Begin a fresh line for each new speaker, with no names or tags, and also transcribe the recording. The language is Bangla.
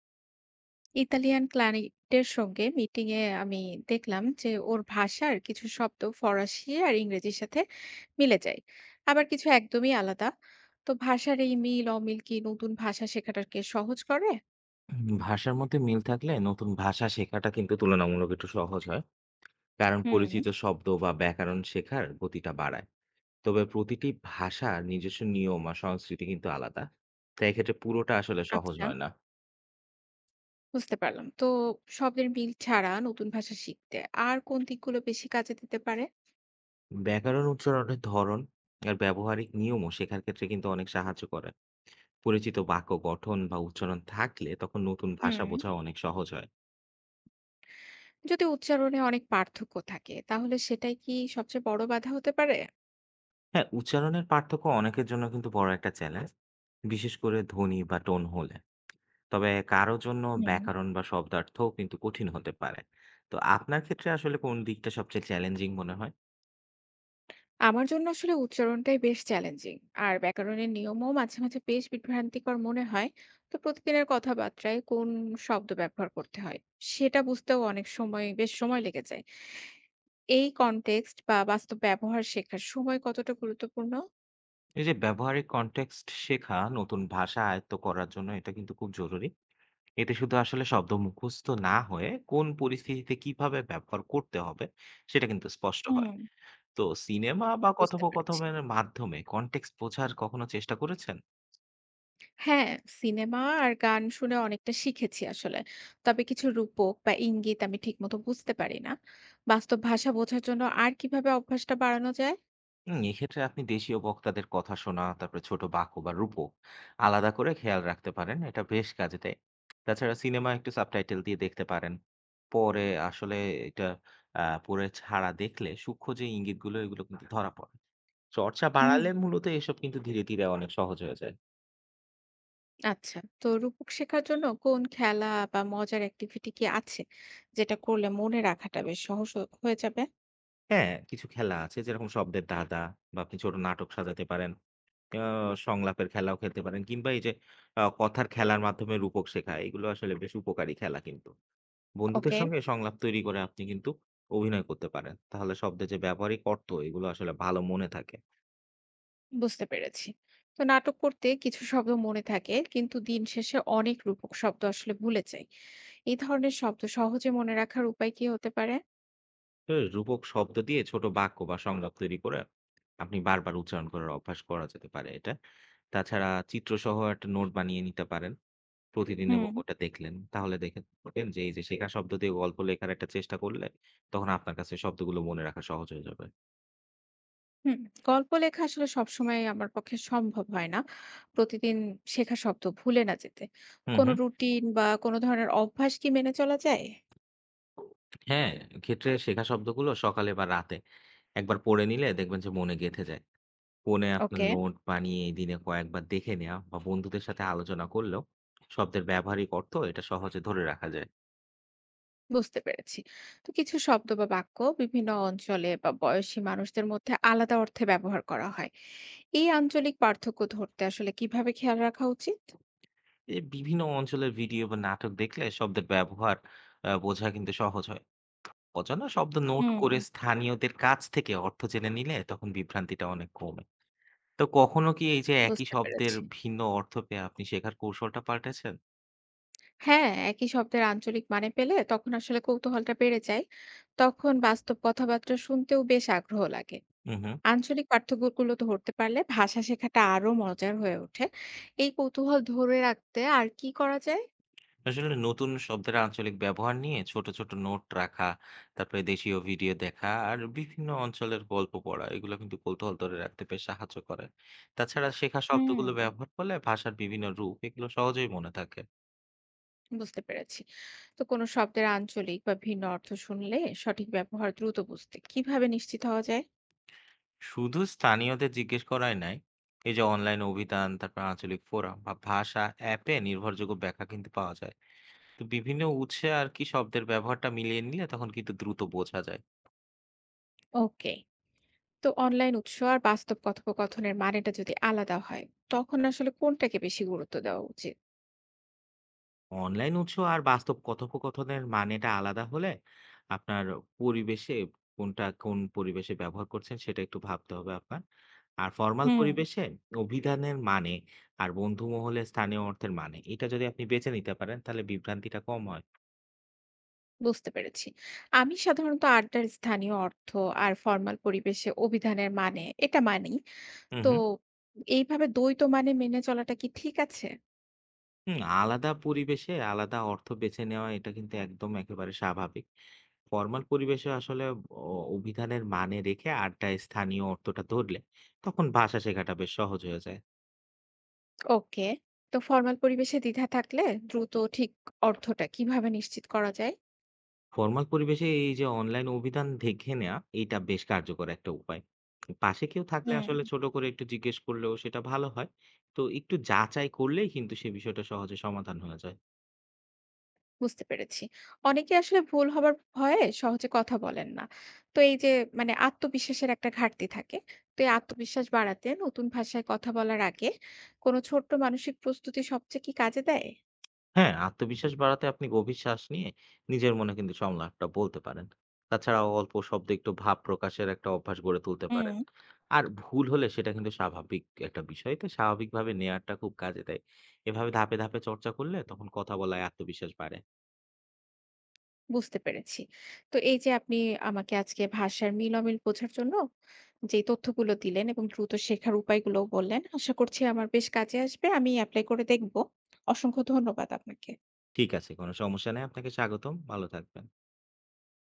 ইতালিয়ান ক্লায়েন্টের সঙ্গে মিটিং এ আমি দেখলাম যে ওর ভাষার কিছু শব্দ ফরাসি আর ইংরেজির সাথে মিলে যায়, আবার কিছু একদমই আলাদা। তো ভাষার এই মিল অমিল কি নতুন ভাষা শেখাটাকে সহজ করে?
ভাষার মধ্যে মিল থাকলে নতুন ভাষা শেখাটা কিন্তু তুলনামূলক একটু সহজ হয়, কারণ
হুম।
পরিচিত শব্দ বা ব্যাকরণ শেখার গতিটা বাড়ায়। তবে প্রতিটি ভাষার নিজস্ব নিয়ম আর সংস্কৃতি কিন্তু আলাদা, তাই এক্ষেত্রে পুরোটা আসলে সহজ
আচ্ছা,
হয় না।
বুঝতে পারলাম। তো শব্দের মিল ছাড়া নতুন ভাষা শিখতে আর কোন দিকগুলো বেশি কাজে দিতে পারে?
ব্যাকরণ, উচ্চারণের ধরন আর ব্যবহারিক নিয়মও শেখার ক্ষেত্রে কিন্তু অনেক সাহায্য করে। পরিচিত বাক্য গঠন বা উচ্চারণ থাকলে তখন নতুন ভাষা
হুম।
বোঝা অনেক সহজ হয়।
যদি উচ্চারণে অনেক পার্থক্য থাকে তাহলে সেটাই কি সবচেয়ে বড় বাধা হতে পারে?
হ্যাঁ, উচ্চারণের পার্থক্য অনেকের জন্য কিন্তু বড় একটা চ্যালেঞ্জ, বিশেষ করে ধ্বনি বা টোন হলে। তবে কারো জন্য ব্যাকরণ বা শব্দার্থও কিন্তু কঠিন হতে পারে। তো আপনার ক্ষেত্রে আসলে কোন দিকটা সবচেয়ে চ্যালেঞ্জিং মনে হয়?
আমার জন্য আসলে উচ্চারণটাই বেশ চ্যালেঞ্জিং, আর ব্যাকরণের নিয়মও মাঝে মাঝে বেশ বিভ্রান্তিকর মনে হয়। তো প্রতিদিনের কথাবার্তায় কোন শব্দ ব্যবহার করতে হয় সেটা বুঝতেও অনেক সময় বেশ সময় লেগে যায়। এই কনটেক্সট বা বাস্তব ব্যবহার শেখার সময় কতটা গুরুত্বপূর্ণ?
এই যে ব্যবহারিক কনটেক্সট শেখা, নতুন ভাষা আয়ত্ত করার জন্য এটা কিন্তু খুব জরুরি। এতে শুধু আসলে শব্দ মুখস্থ না হয়ে কোন পরিস্থিতিতে কিভাবে ব্যবহার করতে হবে সেটা কিন্তু স্পষ্ট হয়।
হুম,
তো সিনেমা বা
বুঝতে পেরেছি।
কথোপকথনের মাধ্যমে কনটেক্সট বোঝার কখনো চেষ্টা করেছেন?
হ্যাঁ, সিনেমা আর গান শুনে অনেকটা শিখেছি আসলে। তবে কিছু রূপক বা ইঙ্গিত আমি ঠিকমতো বুঝতে পারি না। বাস্তব ভাষা বোঝার জন্য আর কিভাবে অভ্যাসটা বাড়ানো যায়?
হুম, এক্ষেত্রে আপনি দেশীয় বক্তাদের কথা শোনা, তারপরে ছোট বাক্য বা রূপক আলাদা করে খেয়াল রাখতে পারেন। এটা বেশ কাজে দেয়। তাছাড়া সিনেমা একটু সাবটাইটেল দিয়ে দেখতে পারেন। পরে আসলে এটা আ পড়ে ছাড়া দেখলে সূক্ষ্ম যে ইঙ্গিতগুলো, এগুলো কিন্তু ধরা পড়ে। চর্চা
হুম।
বাড়ালে মূলত এসব কিন্তু ধীরে, ধীরে অনেক সহজ হয়ে যায়।
আচ্ছা, তো রূপক শেখার জন্য কোন খেলা বা মজার অ্যাক্টিভিটি কি আছে? যেটা করলে মনে রাখাটা বেশ সহজ হয়ে যাবে?
হ্যাঁ, কিছু খেলা আছে যেরকম শব্দের ধাঁধা বা আপনি ছোট নাটক সাজাতে পারেন। আ সংলাপের খেলাও খেলতে পারেন কিংবা এই যে কথার খেলার মাধ্যমে রূপক শেখা, এগুলো আসলে বেশ উপকারী খেলা কিন্তু। বন্ধুদের
ওকে।
সঙ্গে সংলাপ তৈরি করে আপনি কিন্তু অভিনয় করতে পারেন। তাহলে শব্দের যে ব্যবহারিক অর্থ এগুলো আসলে ভালো মনে থাকে।
বুঝতে পেরেছি। তো নাটক করতে কিছু শব্দ মনে থাকে কিন্তু দিন শেষে অনেক রূপক শব্দ আসলে ভুলে যাই। এই ধরনের শব্দ সহজে মনে রাখার উপায় কি হতে পারে?
তো রূপক শব্দ দিয়ে ছোট বাক্য বা সংলাপ তৈরি করে আপনি বারবার উচ্চারণ করার অভ্যাস করা যেতে পারে এটা। তাছাড়া চিত্রসহ একটা নোট বানিয়ে নিতে পারেন। হুম। প্রতিদিন এবং
হুম।
ওটা দেখলেন। তাহলে দেখে দেখবেন যে এই যে শেখা শব্দ দিয়ে গল্প লেখার একটা চেষ্টা করলে তখন আপনার কাছে শব্দগুলো মনে রাখা সহজ হয়ে যাবে।
হুম, গল্প লেখা আসলে সবসময় আমার পক্ষে সম্ভব হয় না। প্রতিদিন শেখা শব্দ ভুলে না যেতে
হুম,
কোনো
হুম।
রুটিন বা কোনো ধরনের অভ্যাস কি মেনে চলা যায়?
হ্যাঁ, এক্ষেত্রে শেখা শব্দগুলো সকালে বা রাতে একবার পড়ে নিলে দেখবেন যে মনে গেঁথে যায়। ফোনে আপনার
ওকে,
নোট বানিয়ে দিনে কয়েকবার দেখে নেওয়া বা বন্ধুদের সাথে আলোচনা করলেও শব্দের ব্যবহারিক অর্থ এটা সহজে ধরে রাখা যায়।
বুঝতে পেরেছি। তো কিছু শব্দ বা বাক্য বিভিন্ন অঞ্চলে বা বয়সী মানুষদের মধ্যে আলাদা অর্থে ব্যবহার করা হয়। এই আঞ্চলিক পার্থক্য ধরতে আসলে কিভাবে খেয়াল রাখা উচিত?
এই বিভিন্ন অঞ্চলের ভিডিও বা নাটক দেখলে শব্দের ব্যবহার বোঝা কিন্তু সহজ হয়। অজানা শব্দ নোট
হুম,
করে স্থানীয়দের কাছ থেকে অর্থ জেনে নিলে তখন বিভ্রান্তিটা অনেক কমে। তো কখনো কি এই যে একই
বুঝতে
শব্দের
পেরেছি।
ভিন্ন অর্থ পেয়ে আপনি শেখার কৌশলটা পাল্টেছেন?
হ্যাঁ, একই শব্দের আঞ্চলিক মানে পেলে তখন আসলে কৌতূহলটা বেড়ে যায়। তখন বাস্তব কথাবার্তা শুনতেও বেশ আগ্রহ লাগে।
হু, হু।
আঞ্চলিক পার্থক্যগুলো ধরতে পারলে ভাষা শেখাটা আরো মজার হয়ে ওঠে। এই কৌতূহল ধরে রাখতে আর কি করা যায়?
আসলে নতুন শব্দের আঞ্চলিক ব্যবহার নিয়ে ছোট ছোট নোট রাখা, তারপরে দেশীয় ভিডিও দেখা আর বিভিন্ন অঞ্চলের গল্প পড়া এগুলো কিন্তু কৌতূহল ধরে রাখতে বেশ সাহায্য করে। তাছাড়া শেখা
হুম,
শব্দগুলো ব্যবহার করলে ভাষার বিভিন্ন রূপ এগুলো সহজেই মনে থাকে।
বুঝতে পেরেছি। তো কোনো শব্দের আঞ্চলিক বা ভিন্ন অর্থ শুনলে সঠিক ব্যবহার দ্রুত বুঝতে কিভাবে নিশ্চিত হওয়া যায়?
শুধু স্থানীয়দের জিজ্ঞেস করাই নাই, এই যে অনলাইন অভিধান, তারপর আঞ্চলিক ফোরাম বা ভাষা অ্যাপে নির্ভরযোগ্য ব্যাখ্যা কিন্তু পাওয়া যায়। তো বিভিন্ন উৎসে আর কি শব্দের ব্যবহারটা মিলিয়ে নিলে তখন কিন্তু দ্রুত বোঝা যায়।
ওকে। তো অনলাইন উৎস আর বাস্তব কথোপকথনের মানেটা যদি আলাদা হয় তখন আসলে কোনটাকে বেশি গুরুত্ব দেওয়া উচিত?
অনলাইন উৎস আর বাস্তব কথোপকথনের মানেটা আলাদা হলে আপনার পরিবেশে কোনটা কোন পরিবেশে ব্যবহার করছেন সেটা একটু ভাবতে হবে আপনার। আর ফরমাল
হুম,
পরিবেশে অভিধানের মানে আর বন্ধু মহলে স্থানীয় অর্থের মানে এটা যদি আপনি বেছে নিতে পারেন তাহলে বিভ্রান্তিটা কম হয়।
বুঝতে পেরেছি। আমি সাধারণত আড্ডার স্থানীয় অর্থ আর ফর্মাল পরিবেশে অভিধানের মানে এটা মানি।
হুম,
তো
হুম।
এইভাবে দ্বৈত মানে মেনে চলাটা কি ঠিক আছে?
হুম, আলাদা পরিবেশে আলাদা অর্থ বেছে নেওয়া এটা কিন্তু একদম একেবারে স্বাভাবিক। ফরমাল পরিবেশে আসলে অভিধানের মানে রেখে আড্ডায় স্থানীয় অর্থটা ধরলে তখন ভাষা শেখাটা বেশ সহজ হয়ে যায়।
ওকে। তো ফর্মাল পরিবেশে দ্বিধা থাকলে দ্রুত ঠিক অর্থটা কিভাবে নিশ্চিত করা যায়?
ফরমাল পরিবেশে এই যে অনলাইন অভিধান দেখে নেয়া, এইটা বেশ কার্যকর একটা উপায়। পাশে কেউ থাকলে আসলে
হুম,
ছোট করে একটু জিজ্ঞেস করলেও সেটা ভালো হয়। তো একটু যাচাই করলেই কিন্তু সে বিষয়টা সহজে সমাধান হয়ে যায়।
বুঝতে পেরেছি। অনেকে আসলে ভুল হবার ভয়ে সহজে কথা বলেন না। তো এই যে মানে আত্মবিশ্বাসের একটা ঘাটতি থাকে। তো এই আত্মবিশ্বাস বাড়াতে নতুন ভাষায় কথা বলার আগে কোনো ছোট্ট মানসিক প্রস্তুতি সবচেয়ে কি কাজে দেয়?
হ্যাঁ, আত্মবিশ্বাস বাড়াতে আপনি গভীর শ্বাস নিয়ে নিজের মনে কিন্তু সংলাপটা বলতে পারেন। তাছাড়াও অল্প শব্দে একটু ভাব প্রকাশের একটা অভ্যাস গড়ে তুলতে পারেন।
হুম,
আর ভুল হলে সেটা কিন্তু স্বাভাবিক একটা বিষয়। তো স্বাভাবিকভাবে নেয়াটা খুব কাজে দেয়। এভাবে ধাপে, ধাপে চর্চা করলে তখন কথা বলায় আত্মবিশ্বাস বাড়ে।
বুঝতে পেরেছি। তো এই যে আপনি আমাকে আজকে ভাষার মিল অমিল বোঝার জন্য যে তথ্যগুলো দিলেন এবং দ্রুত শেখার উপায়গুলোও বললেন, আশা করছি আমার বেশ কাজে আসবে। আমি এপ্লাই করে দেখব। অসংখ্য ধন্যবাদ আপনাকে।
ঠিক আছে। কোনো সমস্যা নাই। আপনাকে স্বাগতম। ভালো থাকবেন।